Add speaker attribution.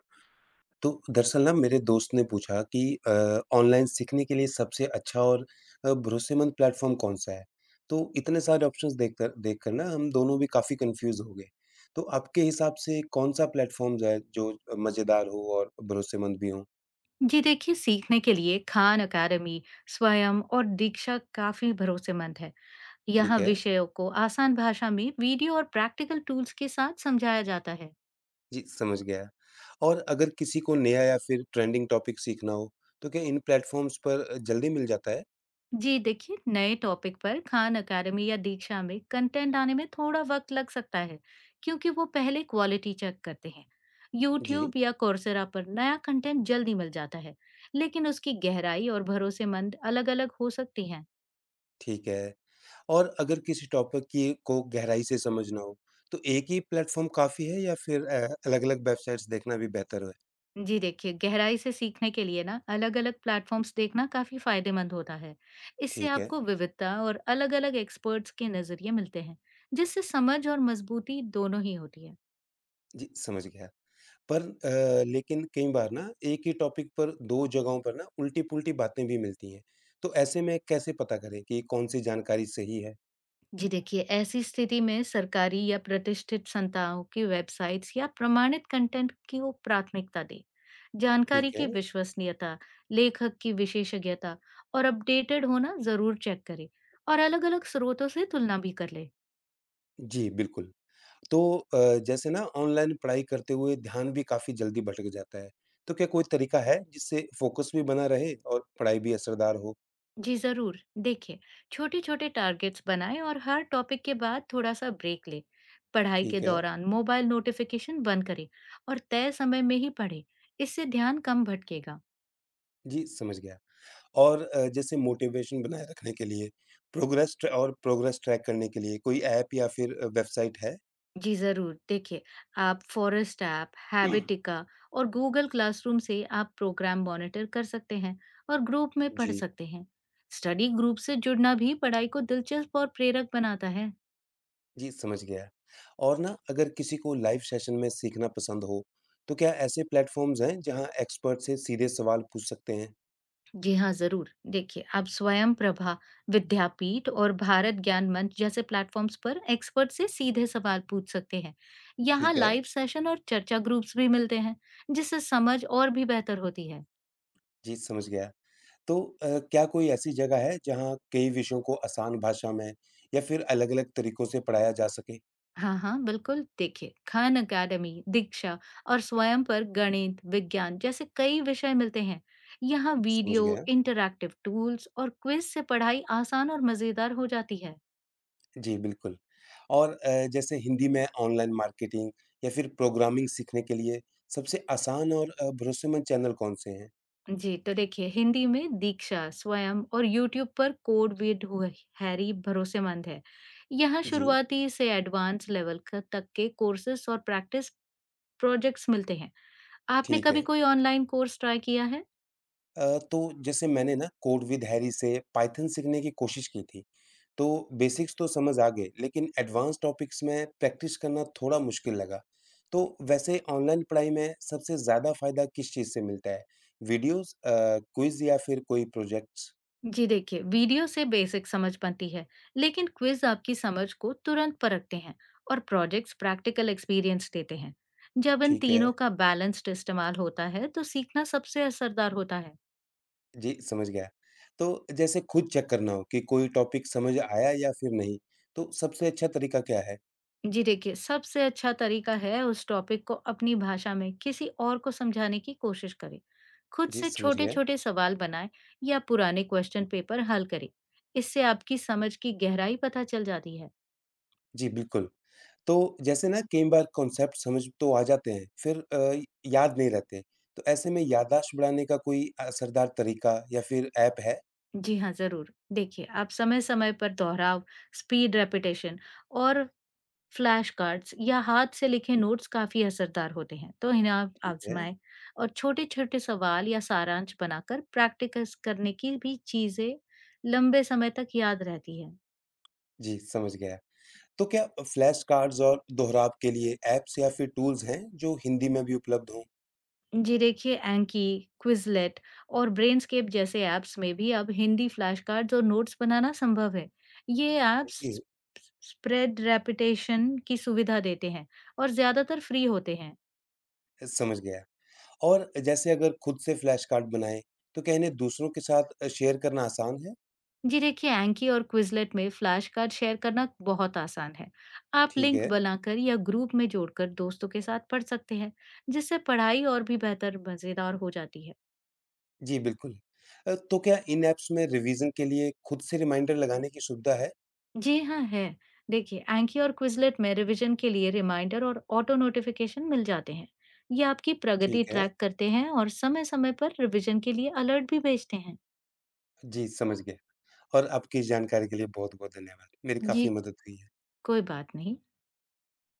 Speaker 1: तो दरअसल ना मेरे दोस्त ने पूछा कि ऑनलाइन सीखने के लिए सबसे अच्छा और भरोसेमंद प्लेटफॉर्म कौन सा है? तो इतने सारे ऑप्शंस देखकर देखकर ना हम दोनों भी काफी कंफ्यूज हो गए। तो आपके हिसाब से कौन सा प्लेटफॉर्म है जो मजेदार हो और भरोसेमंद भी हो?
Speaker 2: जी देखिए, सीखने के लिए खान अकादमी, स्वयं और दीक्षा काफी भरोसेमंद है।
Speaker 1: ठीक
Speaker 2: यहाँ
Speaker 1: है,
Speaker 2: विषयों को आसान भाषा में वीडियो और प्रैक्टिकल टूल्स के साथ समझाया जाता है।
Speaker 1: जी समझ गया। और अगर किसी को नया या फिर ट्रेंडिंग टॉपिक सीखना हो, तो क्या इन प्लेटफॉर्म्स पर जल्दी मिल जाता है?
Speaker 2: जी देखिए, नए टॉपिक पर खान अकादमी या दीक्षा में कंटेंट आने में थोड़ा वक्त लग सकता है, क्योंकि वो पहले क्वालिटी चेक करते हैं।
Speaker 1: जी,
Speaker 2: यूट्यूब या कोर्सेरा पर नया कंटेंट जल्दी मिल जाता है, लेकिन उसकी गहराई और भरोसेमंद अलग-अलग हो सकती है।
Speaker 1: ठीक है। और अगर किसी टॉपिक की को गहराई से समझना हो, तो एक ही प्लेटफ़ॉर्म काफ़ी है या फिर अलग-अलग वेबसाइट्स देखना भी बेहतर है?
Speaker 2: जी देखिए, गहराई से सीखने के लिए ना अलग-अलग प्लेटफॉर्म्स देखना काफ़ी फायदेमंद होता है। इससे
Speaker 1: ठीक है।
Speaker 2: आपको विविधता और अलग-अलग एक्सपर्ट्स के नज़रिए मिलते हैं, जिससे समझ और मजबूती दोनों ही होती है।
Speaker 1: जी, समझ गया। लेकिन कई बार ना एक ही टॉपिक पर 2 जगहों पर ना उल्टी-पुल्टी बातें भी मिलती हैं, तो ऐसे में कैसे पता करें कि कौन सी जानकारी सही है?
Speaker 2: जी देखिए, ऐसी स्थिति में सरकारी या प्रतिष्ठित संस्थाओं की वेबसाइट्स या प्रमाणित कंटेंट की वो प्राथमिकता दें। जानकारी
Speaker 1: ठीक है।
Speaker 2: की विश्वसनीयता, लेखक की विशेषज्ञता और अपडेटेड होना ज़रूर चेक करें और अलग-अलग स्रोतों से तुलना भी कर लें।
Speaker 1: जी, बिल्कुल। तो जैसे ना ऑनलाइन पढ़ाई करते हुए ध्यान भी काफ़ी जल्दी भटक जाता है, तो क्या कोई तरीका है जिससे फ़ोकस भी बना रहे और पढ़ाई भी असरदार हो?
Speaker 2: जी जरूर, देखिए, छोटे छोटे टारगेट्स बनाएं और हर टॉपिक के बाद थोड़ा सा ब्रेक लें। पढ़ाई के
Speaker 1: ठीक है।
Speaker 2: दौरान मोबाइल नोटिफिकेशन बंद करें और तय समय में ही पढ़ें। इससे ध्यान कम भटकेगा।
Speaker 1: जी, समझ गया। और जैसे मोटिवेशन बनाए रखने के लिए प्रोग्रेस ट्रैक करने के लिए कोई ऐप या फिर वेबसाइट है?
Speaker 2: जी जरूर, देखिए, आप फॉरेस्ट ऐप, हैबिटिका और गूगल क्लासरूम से आप प्रोग्राम मॉनिटर कर सकते हैं और ग्रुप में पढ़
Speaker 1: जी,
Speaker 2: सकते हैं। स्टडी ग्रुप से जुड़ना भी पढ़ाई को दिलचस्प और प्रेरक बनाता है।
Speaker 1: जी समझ गया। और ना अगर किसी को लाइव सेशन में सीखना पसंद हो, तो क्या ऐसे प्लेटफ़ॉर्म्स हैं जहाँ एक्सपर्ट से सीधे सवाल पूछ सकते हैं?
Speaker 2: जी हाँ, ज़रूर। देखिए, आप स्वयंप्रभा, विद्यापीठ और भारत ज्ञान मंच जैसे प्लेटफ़ॉर्म्स पर एक्सपर्ट से सीधे सवाल पूछ सकते हैं। यहाँ
Speaker 1: ठीक है,
Speaker 2: लाइव सेशन और चर्चा ग्रुप्स भी मिलते हैं, जिससे समझ और भी बेहतर होती है।
Speaker 1: जी समझ गया। तो क्या कोई ऐसी जगह है जहाँ कई विषयों को आसान भाषा में या फिर अलग-अलग तरीकों से पढ़ाया जा सके?
Speaker 2: हाँ, हाँ, बिल्कुल। देखिए, खान अकादमी, दीक्षा और स्वयं पर गणित, विज्ञान जैसे कई विषय मिलते हैं। यहाँ
Speaker 1: समझ
Speaker 2: वीडियो,
Speaker 1: गया।
Speaker 2: इंटरैक्टिव टूल्स और क्विज़ से पढ़ाई आसान और मज़ेदार हो जाती है।
Speaker 1: जी, बिल्कुल। और जैसे हिंदी में ऑनलाइन मार्केटिंग या फिर प्रोग्रामिंग सीखने के लिए सबसे आसान और भरोसेमंद चैनल कौन-से हैं?
Speaker 2: जी, तो देखिए, हिंदी में दीक्षा, स्वयं और यूट्यूब पर हैरी भरोसेमंद है। यहाँ
Speaker 1: जी,
Speaker 2: शुरुआती से एडवांस लेवल तक के कोर्सेस और प्रैक्टिस प्रोजेक्ट्स मिलते हैं। आपने
Speaker 1: ठीक
Speaker 2: कभी
Speaker 1: है।
Speaker 2: कोई ऑनलाइन कोर्स ट्राई किया है?
Speaker 1: तो जैसे मैंने ना कोड विद हैरी से पाइथन सीखने की कोशिश की थी, तो बेसिक्स तो समझ आ गए, लेकिन एडवांस टॉपिक्स में प्रैक्टिस करना थोड़ा मुश्किल लगा। तो वैसे ऑनलाइन पढ़ाई में सबसे ज़्यादा फ़ायदा किस चीज़ से मिलता है? वीडियोज़, क्विज़ या फिर कोई प्रोजेक्ट्स?
Speaker 2: जी देखिए, वीडियो से बेसिक समझ बनती है, लेकिन क्विज आपकी समझ को तुरंत परखते हैं और प्रोजेक्ट्स प्रैक्टिकल एक्सपीरियंस देते हैं। जब इन
Speaker 1: ठीक है।
Speaker 2: तीनों का बैलेंस्ड इस्तेमाल होता है, तो सीखना सबसे असरदार होता है।
Speaker 1: जी, समझ गया। तो जैसे खुद चेक करना हो कि कोई टॉपिक समझ आया या फिर नहीं, तो सबसे अच्छा तरीका क्या है?
Speaker 2: जी देखिए, सबसे अच्छा तरीका है उस टॉपिक को अपनी भाषा में किसी और को समझाने की कोशिश करें। खुद
Speaker 1: जी,
Speaker 2: से
Speaker 1: समझ गया।
Speaker 2: छोटे-छोटे सवाल बनाएं या पुराने क्वेश्चन पेपर हल करें। इससे आपकी समझ की गहराई पता चल जाती है।
Speaker 1: जी, बिल्कुल। तो जैसे ना कई बार कॉन्सेप्ट समझ तो आ जाते हैं, याद नहीं रहते। तो ऐसे में याददाश्त बढ़ाने का कोई असरदार तरीका या फिर ऐप है?
Speaker 2: जी हाँ, ज़रूर। देखिए, आप समय-समय पर दोहराव, स्पीड, रेपिटेशन और फ्लैश कार्ड्स या हाथ से लिखे नोट्स काफी असरदार होते हैं, तो इन्हें आप
Speaker 1: ठीक है।
Speaker 2: आजमाएं। और छोटे छोटे सवाल या सारांश बनाकर प्रैक्टिकस करने की भी चीजें लंबे समय तक याद रहती है।
Speaker 1: जी, समझ गया। तो क्या फ्लैश कार्ड्स और दोहराव के लिए ऐप्स या फिर टूल्स हैं, जो हिंदी में भी उपलब्ध हों?
Speaker 2: जी देखिए, एंकी, क्विजलेट और ब्रेनस्केप जैसे ऐप्स में भी अब हिंदी फ्लैश कार्ड्स और नोट्स बनाना संभव है। ये
Speaker 1: जी,
Speaker 2: ऐप्स स्प्रेड रेपिटेशन की सुविधा देते हैं और ज्यादातर फ्री होते हैं।
Speaker 1: समझ गया। और जैसे अगर खुद से फ्लैश कार्ड बनाएँ, तो क्या इन्हें दूसरों के साथ शेयर करना आसान है?
Speaker 2: जी देखिए, एंकी और क्विजलेट में फ्लैश कार्ड शेयर करना बहुत आसान है। आप
Speaker 1: ठीक
Speaker 2: लिंक
Speaker 1: है।
Speaker 2: बनाकर या ग्रुप में जोड़कर दोस्तों के साथ पढ़ सकते हैं, जिससे पढ़ाई और भी बेहतर मजेदार हो जाती है।
Speaker 1: जी, बिल्कुल। तो क्या इन ऐप्स में रिवीजन के लिए खुद से रिमाइंडर लगाने की सुविधा है?
Speaker 2: जी हाँ है। देखिए, एंकी और क्विजलेट में रिवीजन के लिए रिमाइंडर और ऑटो नोटिफिकेशन मिल जाते हैं। ये आपकी प्रगति
Speaker 1: ठीक है।
Speaker 2: ट्रैक करते हैं और समय समय पर रिवीजन के लिए अलर्ट भी भेजते हैं।
Speaker 1: जी, समझ गया। और आपकी इस जानकारी के लिए बहुत-बहुत धन्यवाद। मेरी
Speaker 2: जी,
Speaker 1: काफ़ी मदद हुई है।
Speaker 2: कोई बात नहीं।